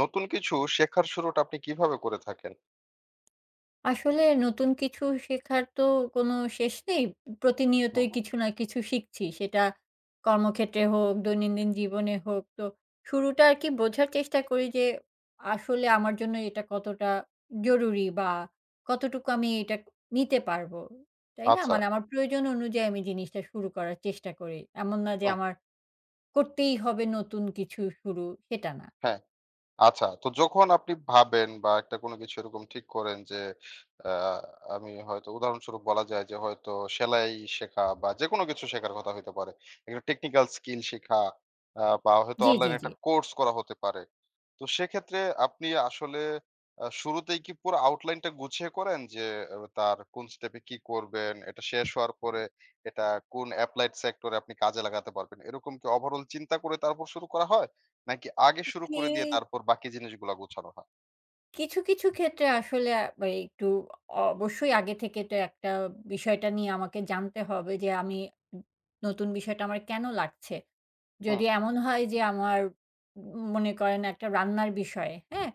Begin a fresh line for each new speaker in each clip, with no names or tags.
নতুন কিছু শেখার শুরুটা আপনি কিভাবে করে থাকেন?
আসলে নতুন কিছু শেখার তো কোনো শেষ নেই। প্রতিনিয়তই
হুম।
কিছু না কিছু শিখছি। সেটা কর্মক্ষেত্রে হোক, দৈনন্দিন জীবনে হোক। তো শুরুটা আরকি বোঝার চেষ্টা করি যে, আসলে আমার জন্য এটা কতটা জরুরি বা কতটুকু আমি এটা নিতে পারব। তাই না?
আচ্ছা।
মানে আমার প্রয়োজন অনুযায়ী আমি জিনিসটা শুরু করার চেষ্টা করি। এমন না যে
হুম,
আমার করতেই হবে নতুন কিছু শুরু, সেটা না।
হ্যাঁ। আচ্ছা, তো যখন আপনি ভাবেন বা একটা কোনো কিছু এরকম ঠিক করেন যে, আ আমি হয়তো উদাহরণস্বরূপ বলা যায় যে হয়তো সেলাই শেখা বা যেকোনো কিছু শেখার কথা হইতে পারে। একটা টেকনিক্যাল স্কিল শেখা বা হয়তো
জি,
অনলাইন
জি, জি।
একটা কোর্স করা হতে পারে। তো সেক্ষেত্রে আপনি আসলে শুরুতেই কি পুরো আউটলাইনটা গুছিয়ে করেন যে তার কোন স্টেপে কি করবেন, এটা শেষ হওয়ার পরে এটা কোন এপ্লাইড সেক্টরে আপনি কাজে লাগাতে পারবেন। এরকম কি ওভারঅল চিন্তা করে তারপর শুরু করা হয়? নাকি আগে শুরু
কে
করে দিয়ে তারপর বাকি জিনিসগুলা গোছানো হয়?
কিছু, কিছু ক্ষেত্রে আসলে একটু অবশ্যই আগে থেকে তো একটা বিষয়টা নিয়ে আমাকে জানতে হবে যে আমি নতুন বিষয়টা আমার কেন লাগছে?
হুম,
যদি এমন হয় যে আমার মনে করেন একটা রান্নার বিষয়, হ্যাঁ?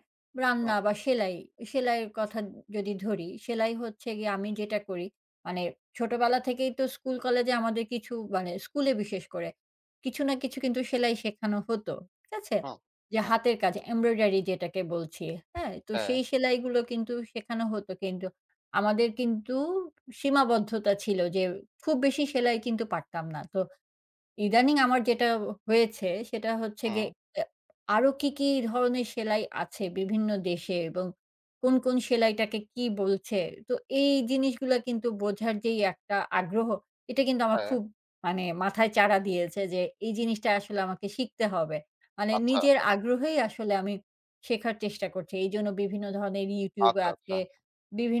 হুম,
রান্না বা সেলাই, সেলাইয়ের কথা যদি ধরি, সেলাই হচ্ছে গিয়ে আমি যেটা করি মানে ছোটবেলা থেকেই তো স্কুল কলেজে আমাদের কিছু মানে স্কুলে বিশেষ করে কিছু না কিছু কিন্তু সেলাই শেখানো হতো। ঠিক আছে?
হুম,
যে
হুম।
হাতের কাজ এমব্রয়ডারি যেটাকে বলছি, হ্যাঁ? তো
হ্যাঁ,
সেই সেলাইগুলো কিন্তু শেখানো হতো কিন্তু আমাদের কিন্তু সীমাবদ্ধতা ছিল যে খুব বেশি সেলাই কিন্তু পারতাম না। তো ইদানিং আমার যেটা হয়েছে সেটা হচ্ছে
হুম,
গিয়ে এ আরো কি, কি ধরনের সেলাই আছে বিভিন্ন দেশে এবং কোন, কোন সেলাইটাকে কি বলছে? তো এই জিনিসগুলা কিন্তু বোঝার যেই একটা আগ্রহ, এটা কিন্তু আমার
হ্যাঁ।
খুব মানে মাথায় চাড়া দিয়েছে যে এই জিনিসটা আসলে আমাকে শিখতে হবে। মানে
আচ্ছা,
নিজের আগ্রহেই আসলে আমি শেখার চেষ্টা করছি। এইজন্য বিভিন্ন ধরনের YouTube
আচ্ছা, আচ্ছা।
আছে,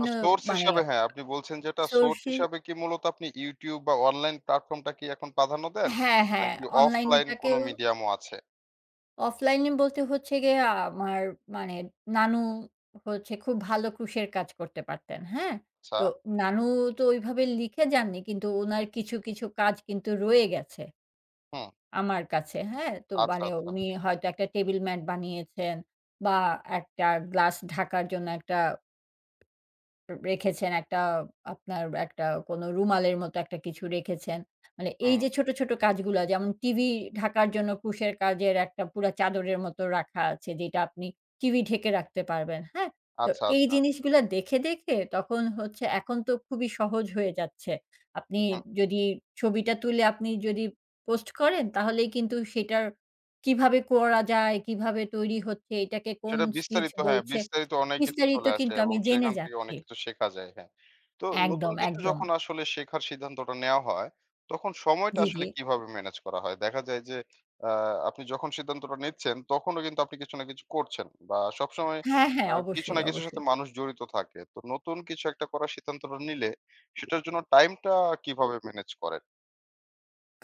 তো সোর্স
মানে
হিসাবে হ্যাঁ, আপনি বলছেন যেটা সোর্স
সোর্সি
হিসাবে কি মূলত আপনি YouTube বা অনলাইন প্ল্যাটফর্মটা কি এখন প্রাধান্য দেন?
হ্যাঁ, হ্যাঁ,
নাকি অফলাইন কোনো
অনলাইনটাকেও
মিডিয়ামও আছে?
অফলাইনে বলতে হচ্ছে গিয়ে আমার মানে নানু হচ্ছে খুব ভালো ক্রুশের কাজ করতে পারতেন। হ্যাঁ?
আচ্ছা।
তো নানু তো ওইভাবে লিখে যাননি কিন্তু উনার কিছু, কিছু কাজ কিন্তু রয়ে গেছে
হুম।
আমার কাছে। হ্যাঁ? তো
আচ্ছা,
মানে
আচ্ছা।
উনি হয়তো একটা টেবল ম্যাট বানিয়েছেন বা একটা গ্লাস ঢাকার জন্য একটা রেখেছেন একটা আপনার একটা কোনো রুমালের মতো একটা কিছু রেখেছেন। মানে এই
হুম।
যে ছোট, ছোট কাজগুলা যেমন টিভি ঢাকার জন্য কুশের কাজের একটা পুরা চাদরের মতো রাখা আছে যেটা আপনি টিভি ঢেকে রাখতে পারবেন, হ্যাঁ? তো
আচ্ছা,
এই
আচ্ছা।
জিনিসগুলা দেখে, দেখে তখন হচ্ছে এখন তো খুবই সহজ হয়ে যাচ্ছে। আপনি যদি ছবিটা তুলে আপনি যদি পোস্ট করেন তাহলেই কিন্তু সেটার কিভাবে করা যায়, কিভাবে তৈরি হচ্ছে, এটাকে কোন
সেটা
স্টিচ
বিস্তারিত হ্যাঁ,
বলছে
বিস্তারিত অনেক কিছু
বিস্তারিত
চলে আসে
কিন্তু
এবং
আমি জেনে
সেখান থেকে অনেক
যাচ্ছি।
কিছু শেখা যায়, হ্যাঁ। তো নতুন
একদম,
কিছু
একদম।
যখন আসলে শেখার সিদ্ধান্তটা নেওয়া হয়, তখন সময়টা
জি, জি।
আসলে কিভাবে ম্যানেজ করা হয়? দেখা যায় যে আ আপনি যখন সিদ্ধান্তটা নিচ্ছেন, তখনও কিন্তু আপনি কিছু না কিছু করছেন বা সবসময়
হ্যাঁ, হ্যাঁ,
কিছু না
অবশ্যই,
কিছুর সাথে
অবশ্যই।
মানুষ জড়িত থাকে। তো নতুন কিছু একটা করার সিদ্ধান্তটা নিলে, সেটার জন্য টাইমটা কিভাবে ম্যানেজ করেন?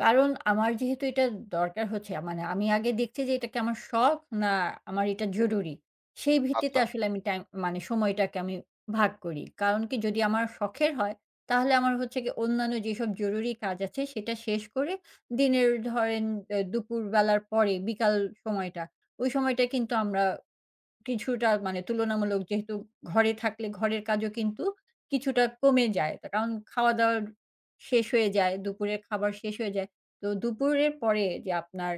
কারণ আমার যেহেতু এটা দরকার হচ্ছে, মানে আমি আগে দেখছি যে এটা কি আমার শখ না আমার এটা জরুরি। সেই ভিত্তিতে
আচ্ছা।
আসলে আমি টাইম মানে সময়টাকে আমি ভাগ করি। কারণ কি যদি আমার শখের হয় তাহলে আমার হচ্ছে গিয়ে অন্যান্য যেসব জরুরি কাজ আছে সেটা শেষ করে দিনের ধরেন দুপুরবেলার পরে বিকাল সময়টা, ওই সময়টা কিন্তু আমরা কিছুটা মানে তুলনামূলক যেহেতু ঘরে থাকলে ঘরের কাজও কিন্তু কিছুটা কমে যায়। তা কারণ খাওয়া-দাওয়া শেষ হয়ে যায়, দুপুরের খাবার শেষ হয়ে যায়। তো দুপুরের পরে যে আপনার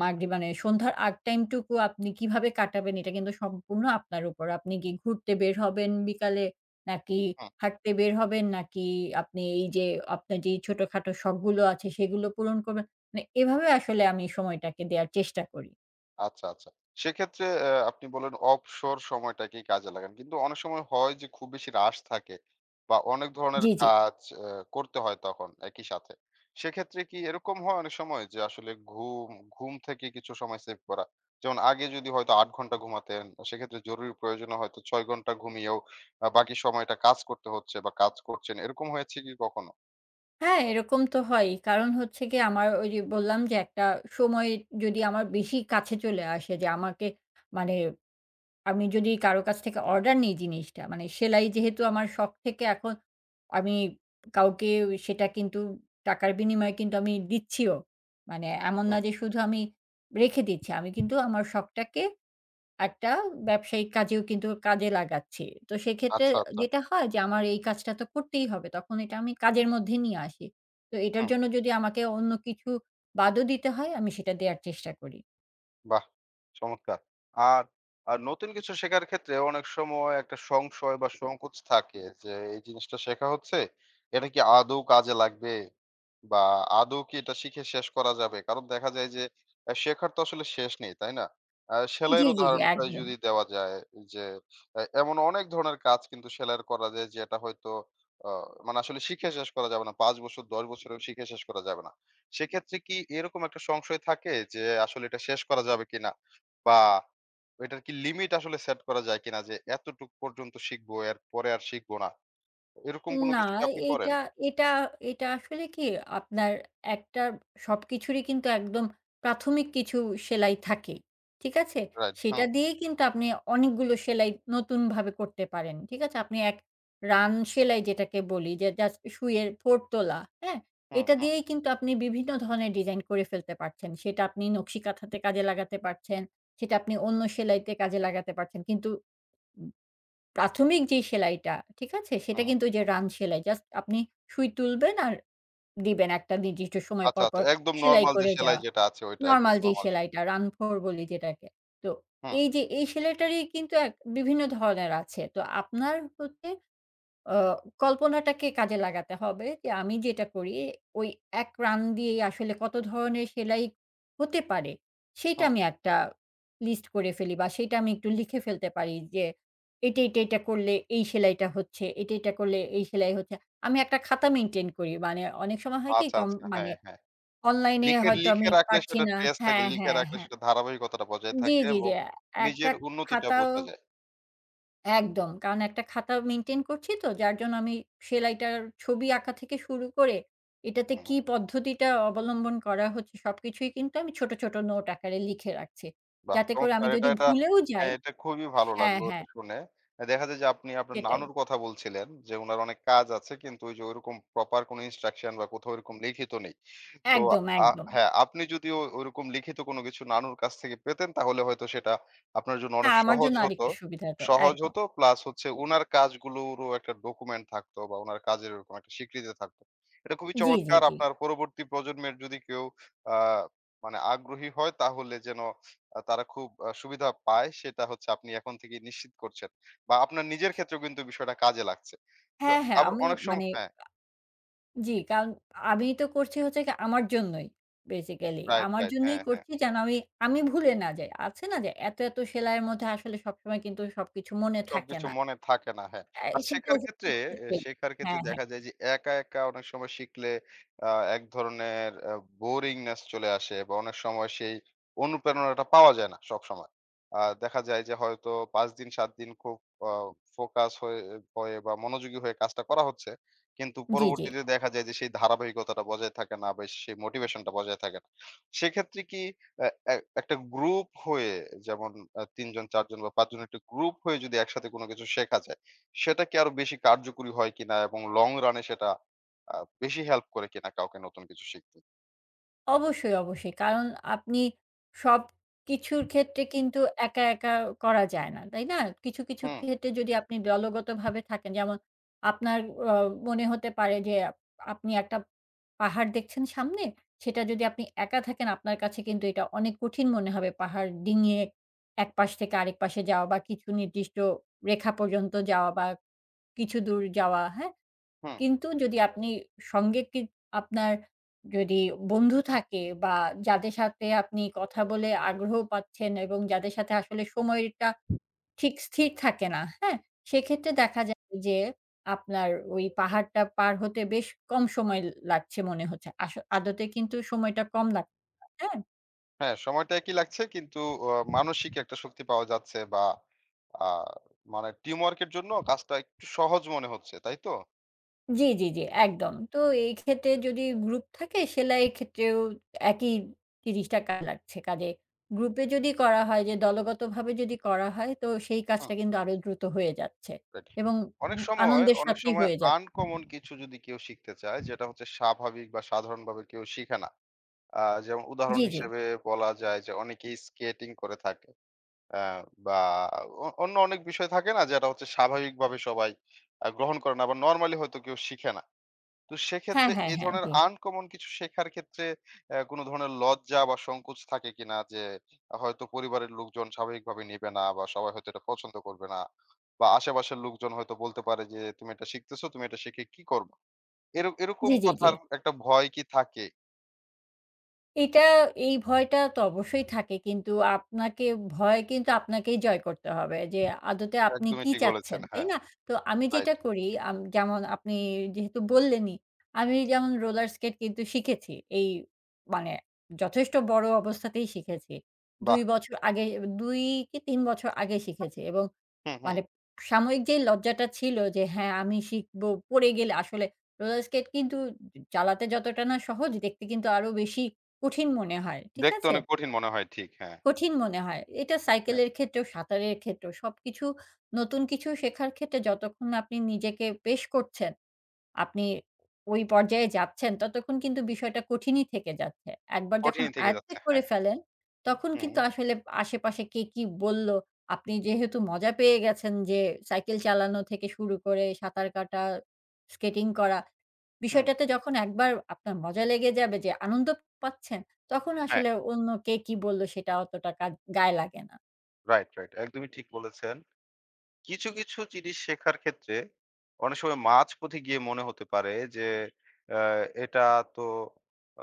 মাগরিব মানে সন্ধ্যার আগ টাইমটুকু আপনি কিভাবে কাটাবেন এটা কিন্তু সম্পূর্ণ আপনার উপর। আপনি কি ঘুরতে বের হবেন বিকালে? নাকি
হু।
হাঁটতে বের হবেন? নাকি আপনি এই যে আপনার যে ছোটখাটো শখগুলো আছে সেগুলো পূরণ করবেন? মানে এভাবে আসলে আমি সময়টাকে দেয়ার চেষ্টা করি।
আচ্ছা, আচ্ছা। সেক্ষেত্রে আপনি বললেন অবসর সময়টাকেই কাজে লাগান। কিন্তু অনেক সময় হয় যে খুব বেশি রাশ থাকে বা অনেক ধরনের
জি, জি।
কাজ করতে হয় তখন একই সাথে। সেক্ষেত্রে কি এরকম হয় অনেক সময় যে আসলে ঘুম থেকে কিছু সময় সেভ করা? যেমন আগে যদি হয়তো ৮ ঘন্টা ঘুমাতেন, সেক্ষেত্রে জরুরি প্রয়োজনে হয়তো ৬ ঘন্টা ঘুমিয়েও বাকি সময়টা কাজ করতে হচ্ছে বা কাজ করছেন। এরকম হয়েছে কি কখনো?
হ্যাঁ, এরকম তো হয়ই। কারণ হচ্ছে গিয়ে আমার ওই যে বললাম যে একটা সময় যদি আমার বেশি কাছে চলে আসে যে আমাকে মানে আমি যদি কারো কাছ থেকে অর্ডার নিই জিনিসটা মানে সেলাই যেহেতু আমার শখ থেকে এখন আমি কাউকে সেটা কিন্তু টাকার বিনিময়ে কিন্তু আমি দিচ্ছিও। মানে এমন
হুম,
না যে শুধু আমি রেখে দিচ্ছি। আমি কিন্তু আমার শখটাকে একটা ব্যবসায়িক কাজেও কিন্তু কাজে লাগাচ্ছি। তো সেক্ষেত্রে
আচ্ছা, আচ্ছা।
যেটা হয় যে আমার এই কাজটা তো করতেই হবে। তখন এটা আমি কাজের মধ্যে নিয়ে আসি। তো এটার জন্য যদি আমাকে অন্য কিছু বাদও দিতে হয়, আমি সেটা দেয়ার চেষ্টা করি।
বাহ! চমৎকার। আর আর নতুন কিছু শেখার ক্ষেত্রে অনেক সময় একটা সংশয় বা সংকোচ থাকে যে এই জিনিসটা শেখা হচ্ছে, এটা কি আদৌ কাজে লাগবে? বা আদৌ কি এটা শিখে শেষ করা যাবে? কারণ দেখা যায় যে শেখার তো আসলে শেষ নেই, তাই না?
জি,
সেলাইয়ের
জি, জি,
উদাহরণটাই
একদম।
যদি দেওয়া যায় যে এমন অনেক ধরনের কাজ কিন্তু সেলাইয়ের করা যায় যেটা হয়তো আ মানে আসলে শিখে শেষ করা যাবে না। ৫ বছর ১০ বছরেও শিখে শেষ করা যাবে না। সেক্ষেত্রে কি এরকম একটা সংশয় থাকে যে আসলে এটা শেষ করা যাবে কিনা? বা এটার কি লিমিট আসলে সেট করা যায় কিনা যে এতটুক পর্যন্ত শিখবো, এরপরে আর শিখবো না। এরকম কোনো
না,
কিছু কি আপনি করেন?
এটা এটা এটা আসলে কি আপনার একটা সবকিছুরই কিন্তু একদম প্রাথমিক কিছু সেলাই থাকেই। ঠিক আছে?
রাইট। হুম,
সেটা দিয়েই কিন্তু আপনি অনেকগুলো সেলাই নতুনভাবে করতে পারেন। ঠিক আছে? আপনি এক রান সেলাই যেটাকে বলি যে জাস্ট সুইয়ের 4 তোলা, হ্যাঁ?
হুম,
এটা
হুম,
দিয়েই কিন্তু আপনি বিভিন্ন ধরনের ডিজাইন করে ফেলতে পারছেন। সেটা আপনি নকশি কাঁথাতে কাজে লাগাতে পারছেন, সেটা আপনি অন্য সেলাইতে কাজে লাগাতে পারছেন। কিন্তু প্রাথমিক যে সেলাইটা, ঠিক আছে? সেটা
হুম।
কিন্তু ওই যে রান সেলাই। জাস্ট আপনি সুই তুলবেন আর দিবেন একটা নির্দিষ্ট সময়
আচ্ছা,
পর,
আচ্ছা।
পর
একদম
সেলাই
নরমাল যে
করে
সেলাই
যাওয়া।
যেটা আছে ওইটা একদম
নরমাল যেই
নরমাল।
সেলাইটা, রানফোর বলি যেটাকে। তো
হুম,
এই যে এই সেলাইটারই কিন্তু এক বিভিন্ন ধরনের আছে। তো আপনার হচ্ছে অ কল্পনাটাকে কাজে লাগাতে হবে যে আমি যেটা করি ওই এক রান দিয়েই আসলে কত ধরনের সেলাই হতে পারে, সেইটা
হুম।
আমি একটা লিস্ট করে ফেলি বা সেইটা আমি একটু লিখে ফেলতে পারি যে এটা, এটা, এটা করলে এই সেলাইটা হচ্ছে, এটা, এটা করলে এই সেলাই হচ্ছে। আমি একটা খাতা মেইনটেইন করি। মানে অনেক সময় হয় কি
আচ্ছা,
কম
আচ্ছা।
মানে
হ্যাঁ, হ্যাঁ।
অনলাইনে
লিখে,
হয়তো
লিখে
আমি
রাখলে
পারছি
সেটা
না
ট্রেস থাকে।
হ্যাঁ,
লিখে
হ্যাঁ,
রাখলে
হ্যাঁ।
সেটা ধারাবাহিকতাটা বজায়
জি,
থাকে
জি,
এবং
জি। একটা
নিজের উন্নতিটা
খাতাও
বোঝা যায়।
একদম। কারণ একটা খাতা মেইনটেইন করছি তো যার জন্য আমি সেলাইটার ছবি আঁকা থেকে শুরু করে এটাতে
হুম।
কি পদ্ধতিটা অবলম্বন করা হচ্ছে সবকিছুই কিন্তু আমি ছোট, ছোট নোট আকারে লিখে রাখছি।
বাহ!
যাতে করে
চমৎকার।
আমি
এটা,
যদি
এটা
ভুলেও যাই
হ্যাঁ, এটা খুবই ভালো
হ্যাঁ,
লাগলো
হ্যাঁ
এটা শুনে। দেখা যায় যে আপনি আপনার
সেটাই।
নানুর কথা বলছিলেন যে উনার অনেক কাজ আছে কিন্তু ওই যে ঐরকম প্রপার কোনো ইনস্ট্রাকশন বা কোথাও ওরকম লিখিত নেই। তো
একদম,
আ
একদম।
হ্যাঁ, আপনি যদি ওরকম লিখিত কোনো কিছু নানুর কাছ থেকে পেতেন তাহলে হয়তো সেটা আপনার জন্য অনেক
হ্যাঁ, আমার
সহজ
জন্য
হতো।
আরেকটু সুবিধাটা।
সহজ
একদম।
হতো প্লাস হচ্ছে উনার কাজগুলোরও একটা ডকুমেন্ট থাকতো বা উনার কাজের ওরকম একটা স্বীকৃতি থাকতো। এটা খুবই
জি, জি,
চমৎকার
জি।
আপনার পরবর্তী প্রজন্মের যদি কেউ আ মানে আগ্রহী হয় তাহলে যেন তারা খুব সুবিধা পায় সেটা হচ্ছে আপনি এখন থেকেই নিশ্চিত করছেন। বা আপনার নিজের ক্ষেত্রেও কিন্তু বিষয়টা কাজে লাগছে। তো
হ্যাঁ, হ্যাঁ
আবার
আমি
অনেক সময়
মানে
হ্যাঁ,
জি, কারণ আমি তো করছি হচ্ছে কি আমার জন্যই বেসিক্যালি।
রাইট,
আমার
রাইট।
জন্যই
হ্যাঁ, হ্যাঁ।
করছি যেন আমি, আমি ভুলে না যাই। আছে না যে এত, এত সেলাইয়ের মধ্যে আসলে সবসময় কিন্তু সবকিছু মনে থাকে
সবকিছু
না।
মনে থাকে না। হ্যাঁ। আর শেখার
সেটাও যে-
ক্ষেত্রে শেখার ক্ষেত্রে
হ্যাঁ, হ্যাঁ।
দেখা যায় যে একা অনেক সময় শিখলে আ এক ধরনের boringness চলে আসে বা অনেক সময় সেই অনুপ্রেরণাটা পাওয়া যায় না সবসময়। দেখা যায় যে হয়তো ৫ দিন ৭ দিন খুব আ ফোকাস হয়ে হয়ে বা মনোযোগী হয়ে কাজটা করা হচ্ছে। কিন্তু
জি, জি।
পরবর্তীতে দেখা যায় যে সেই ধারাবাহিকতাটা বজায় থাকে না বা সেই মোটিভেশনটা বজায় থাকে না। সেক্ষেত্রে কি অ্যা অ্যা একটা গ্রুপ হয়ে যেমন ৩ জন ৪ জন বা ৫ জন একটা গ্রুপ হয়ে যদি একসাথে কোনো কিছু শেখা যায়, সেটা কি আরো বেশি কার্যকরী হয় কিনা এবং লং রান এ সেটা আ বেশি হেল্প করে কিনা কাউকে নতুন কিছু শিখতে?
অবশ্যই, অবশ্যই। কারণ আপনি সবকিছুর ক্ষেত্রে কিন্তু একা, একা করা যায় না। তাই না? কিছু, কিছু
হুম,
ক্ষেত্রে যদি আপনি দলগতভাবে থাকেন যেমন আপনার অ মনে হতে পারে যে আপনি একটা পাহাড় দেখছেন সামনে, সেটা যদি আপনি একা থাকেন আপনার কাছে কিন্তু এটা অনেক কঠিন মনে হবে পাহাড় ডিঙিয়ে এক পাশ থেকে আরেক পাশে যাওয়া বা কিছু নির্দিষ্ট রেখা পর্যন্ত যাওয়া বা কিছু দূর যাওয়া, হ্যাঁ?
হুম।
কিন্তু যদি আপনি সঙ্গে কি আপনার যদি বন্ধু থাকে বা যাদের সাথে আপনি কথা বলে আগ্রহ পাচ্ছেন এবং যাদের সাথে আসলে সময়টা ঠিক স্থির থাকে না, হ্যাঁ? সেক্ষেত্রে দেখা যায় যে আপনার ওই পাহাড়টা পার হতে বেশ কম সময় লাগছে মনে হচ্ছে। আদতে কিন্তু সময়টা কম লাগছে, হ্যাঁ?
হ্যাঁ, সময়টা একই লাগছে কিন্তু অ মানসিক একটা শক্তি পাওয়া যাচ্ছে বা আ মানে টিমওয়ার্ক এর জন্য কাজটা একটু সহজ মনে হচ্ছে, তাই তো?
জি, জি, জি, একদম। তো এই ক্ষেত্রে যদি গ্রুপ থাকে সেলাইয়ের ক্ষেত্রেও একই ৳৩০ লাগছে। কাজে গ্রুপে যদি করা হয় যে দলগতভাবে যদি করা হয় তো সেই
হুম,
কাজটা কিন্তু আরো দ্রুত হয়ে যাচ্ছে
রাইট।
এবং উ
অনেক সময়
আনন্দের
অনেক
সাথেই
সময়
হয়ে যাচ্ছে।
আনকমন কিছু যদি কেউ শিখতে চায় যেটা হচ্ছে স্বাভাবিক বা সাধারণভাবে কেউ শিখে না। আ যেমন উদাহরণ
জি, জি।
হিসেবে বলা যায় যে অনেকেই স্কেটিং করে থাকে। অ্যা বা অন্য অনেক বিষয় থাকে না যেটা হচ্ছে স্বাভাবিকভাবে সবাই গ্রহণ করে না বা নরমালি হয়তো কেউ শিখে না। তো
হ্যাঁ,
সেক্ষেত্রে
হ্যাঁ,
এই
হ্যাঁ,
ধরনের
জি।
আনকমন কিছু শেখার ক্ষেত্রে কোনো ধরনের লজ্জা বা সংকোচ থাকে কিনা? যে হয়তো পরিবারের লোকজন স্বাভাবিকভাবে নিবে না বা সবাই হয়তো এটা পছন্দ করবে না। বা আশেপাশের লোকজন হয়তো বলতে পারে যে, "তুমি এটা শিখতেছো, তুমি এটা শিখে কি করবা?" এরকম
জি, জি, জি।
কথার একটা ভয় কি থাকে?
এটা এই ভয়টা তো অবশ্যই থাকে। কিন্তু আপনাকে ভয় কিন্তু আপনাকেই জয় করতে হবে। যে আদতে আপনি
একদমই
কি
ঠিক বলেছেন।
চাচ্ছেন, তাই
হ্যাঁ,
না? তো আমি
রাইট।
যেটা করি যেমন আপনি যেহেতু বললেনই, আমি যেমন রোলার স্কেট কিন্তু শিখেছি। এই মানে যথেষ্ট বড় অবস্থাতেই শিখেছি।
বাহ!
২ বছর আগে ২ কি ৩ বছর আগে শিখেছি এবং
হুম, হুম।
মানে সাময়িক যে লজ্জাটা ছিল যে হ্যাঁ, আমি শিখব, পড়ে গেলে আসলে রোলার স্কেট কিন্তু চালাতে যতটা না সহজ দেখতে কিন্তু আরো বেশি কঠিন মনে হয়। ঠিক
দেখতে
আছে?
অনেক কঠিন মনে হয় ঠিক। হ্যাঁ,
কঠিন মনে হয়। এটা
হ্যাঁ।
সাইকেলের ক্ষেত্রেও, সাঁতারের ক্ষেত্রেও সবকিছু নতুন কিছু শেখার ক্ষেত্রে যতক্ষণ না আপনি নিজেকে পেশ করছেন, আপনি ওই পর্যায়ে যাচ্ছেন, ততক্ষণ কিন্তু বিষয়টা কঠিনই থেকে যাচ্ছে। একবার যখন
কঠিনই থেকে
আয়ত্তে
যাচ্ছে।
করে
হ্যাঁ।
ফেলেন, তখন
হুম,
কিন্তু আসলে আশেপাশে কে কি বলল, আপনি যেহেতু মজা পেয়ে গেছেন যে সাইকেল চালানো থেকে শুরু করে সাঁতার কাটা, স্কেটিং করা,
হুম।
বিষয়টাতে যখন একবার আপনার মজা লেগে যাবে যে আনন্দ পাচ্ছেন, তখন
হ্যাঁ,
আসলে অন্য কে কি বলল সেটা অতটা কাজ গায়ে লাগে না।
রাইট। একদমই ঠিক বলেছেন। কিছু জিনিস শেখার ক্ষেত্রে অনেক সময় মাঝপথে গিয়ে মনে হতে পারে যে আ এটা তো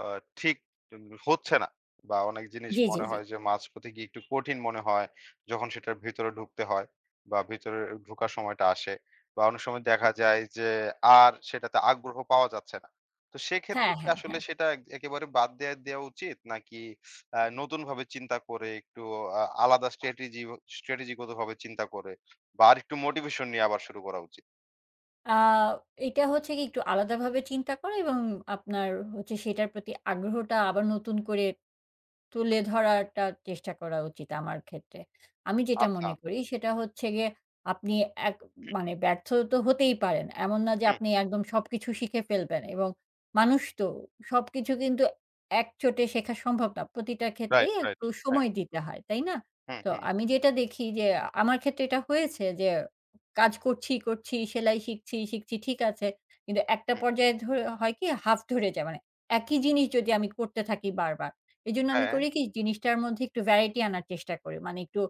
আ ঠিক হচ্ছে না বা অনেক জিনিস
জি, জি,
মনে
জি।
হয় যে মাঝপথে গিয়ে একটু কঠিন মনে হয় যখন সেটার ভিতরে ঢুকতে হয় বা ভিতরে ঢোকার সময়টা আসে বা অনেক সময় দেখা যায় যে আর সেটাতে আগ্রহ পাওয়া যাচ্ছে না। তো সেক্ষেত্রে
হ্যাঁ,
কি
হ্যাঁ,
আসলে
হ্যাঁ।
সেটা একেবারে বাদ দেয়া দেয়া উচিত নাকি নতুনভাবে চিন্তা করে একটু আলাদা স্ট্র্যাটেজিগতভাবে চিন্তা করে বা আরেকটু মোটিভেশন নিয়ে আবার শুরু করা উচিত।
আ এটা হচ্ছে কি একটু আলাদাভাবে চিন্তা করা এবং আপনার হচ্ছে সেটার প্রতি আগ্রহটা আবার নতুন করে তুলে ধরাটা চেষ্টা করা উচিত আমার ক্ষেত্রে। আমি যেটা
আচ্ছা।
মনে করি সেটা হচ্ছে গিয়ে আপনি এক মানে ব্যর্থ তো হতেই পারেন। এমন না যে
হুম,
আপনি একদম সবকিছু শিখে ফেলবেন এবং মানুষ তো সবকিছু কিন্তু এক চোটে শেখা সম্ভব না। প্রতিটা
রাইট,
ক্ষেত্রেই
রাইট।
একটু
হ্যাঁ।
সময় দিতে হয়, তাই না?
হুম,
তো
হুম,
আমি যেটা দেখি যে আমার ক্ষেত্রে এটা হয়েছে যে কাজ করছি, করছি, সেলাই শিখছি, শিখছি ঠিক আছে। কিন্তু একটা
হুম।
পর্যায়ে ধরে হয় কি হাফ ধরে যায়। মানে একই জিনিস যদি আমি করতে থাকি বারবার এজন্য আমি
হ্যাঁ।
করি কি জিনিসটার মধ্যে একটু ভ্যারাইটি আনার চেষ্টা করি। মানে একটু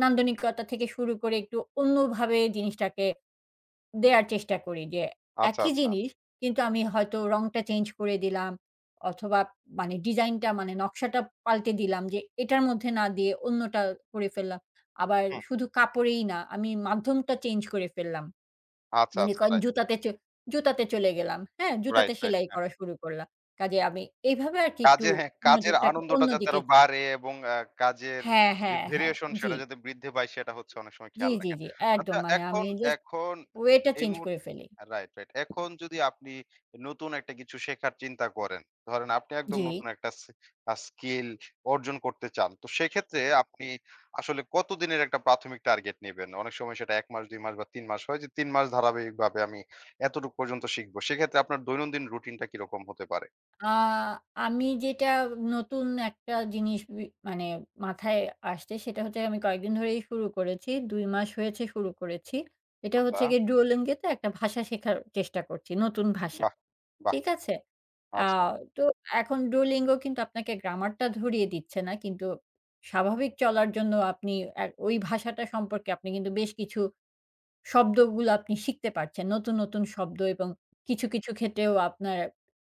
নান্দনিকতা থেকে শুরু করে একটু অন্যভাবে জিনিসটাকে দেয়ার চেষ্টা করি। যে
আচ্ছা,
একই
আচ্ছা।
জিনিস কিন্তু আমি হয়তো রংটা চেঞ্জ করে দিলাম অথবা মানে ডিজাইনটা মানে নকশাটা পাল্টে দিলাম যে এটার মধ্যে না দিয়ে অন্যটা করে ফেললাম। আবার
হুম।
শুধু কাপড়েই না আমি মাধ্যমটা চেঞ্জ করে ফেললাম।
আচ্ছা,
মনে
আচ্ছা।
করেন
রাইট,
জুতাতে চলে গেলাম। হ্যাঁ? জুতাতে
রাইট, রাইট।
সেলাই
হ্যাঁ।
করা শুরু করলাম। কাজে আমি এইভাবে আরকি একটু
কাজে হ্যাঁ, কাজের
মনোযোগটাকে
আনন্দটা যাতে
অন্যদিকে
আরো বাড়ে এবং কাজের
হ্যাঁ,
যে
হ্যাঁ, হ্যাঁ।
ভেরিয়েশন
জি,
সেটা যাতে বৃদ্ধি পায় সেটা হচ্ছে অনেক সময়
জি,
খেয়াল
জি,
রাখেন।
জি। একদম
আচ্ছা
মানে
এখন
আমি জাস্ট
এখন
ওয়েটা
এই
চেঞ্জ
মুহূর্ত
করে ফেলি।
Right, right. এখন যদি আপনি নতুন একটা কিছু শেখার চিন্তা করেন, ধরেন আপনি একদম
জি।
নতুন একটা স্কিল অর্জন করতে চান। তো সেক্ষেত্রে আপনি আসলে কতদিনের একটা প্রাথমিক টার্গেট নিবেন? অনেক সময় সেটা ১ মাস, ২ মাস বা ৩ মাস হয় যে ৩ মাস ধারাবাহিকভাবে আমি এতটুক পর্যন্ত শিখবো। সেক্ষেত্রে আপনার দৈনন্দিন রুটিনটা কিরকম হতে পারে?
আ আমি যেটা নতুন একটা জিনিস মানে মাথায় আসছে সেটা হচ্ছে আমি কয়েকদিন ধরেই শুরু করেছি। ২ মাস হয়েছে শুরু করেছি। এটা হচ্ছে
আচ্ছা।
গিয়ে Duolingo তে একটা ভাষা শেখার চেষ্টা করছি, নতুন ভাষা।
বাহ! বাহ!
ঠিক আছে? আ
আচ্ছা।
তো এখন Duolingo কিন্তু আপনাকে গ্রামারটা ধরিয়ে দিচ্ছে না। কিন্তু স্বাভাবিক চলার জন্য আপনি ওই ভাষাটা সম্পর্কে আপনি কিন্তু বেশ কিছু শব্দগুলো আপনি শিখতে পারছেন। নতুন, নতুন শব্দ এবং কিছু, কিছু ক্ষেত্রেও আপনার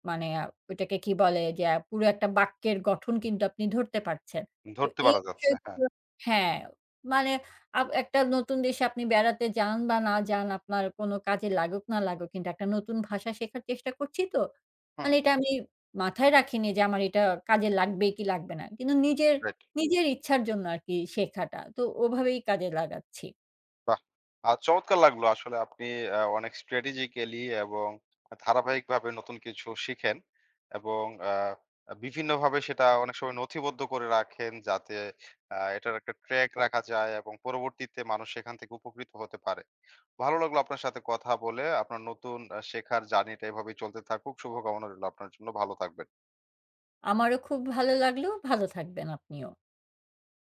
মানে আ ওটাকে কি বলে যে পুরো একটা বাক্যের গঠন কিন্তু আপনি ধরতে পারছেন। তো
ধরতে
এই
পারা যাচ্ছে। হ্যাঁ।
বিষয়গুলো হ্যাঁ, মানে একটা নতুন দেশে আপনি বেড়াতে যান বা না যান, আপনার কোনো কাজে লাগুক না লাগুক কিন্তু একটা নতুন ভাষা শেখার চেষ্টা করছি তো।
হুম,
মানে এটা আমি মাথায় রাখিনি যে আমার এটা কাজে লাগবে কি লাগবে না। কিন্তু নিজের,
রাইট।
নিজের ইচ্ছার জন্য আরকি শেখাটা। তো ওভাবেই কাজে লাগাচ্ছি।
বাহ! চমৎকার লাগলো আসলে আপনি অনেক strategically এবং ধারাবাহিকভাবে নতুন কিছু শিখেন এবং আ বিভিন্নভাবে সেটা অনেক সময় নথিবদ্ধ করে রাখেন যাতে এটার একটা ট্র্যাক রাখা যায় এবং পরবর্তীতে মানুষ সেখান থেকে উপকৃত হতে পারে। ভালো লাগলো আপনার সাথে কথা বলে। আপনার নতুন শেখার জার্নিটা এভাবেই চলতে থাকুক। শুভকামনা রইলো আপনার জন্য। ভালো থাকবেন।
আমারও খুব ভালো লাগলো। ভালো থাকবেন আপনিও।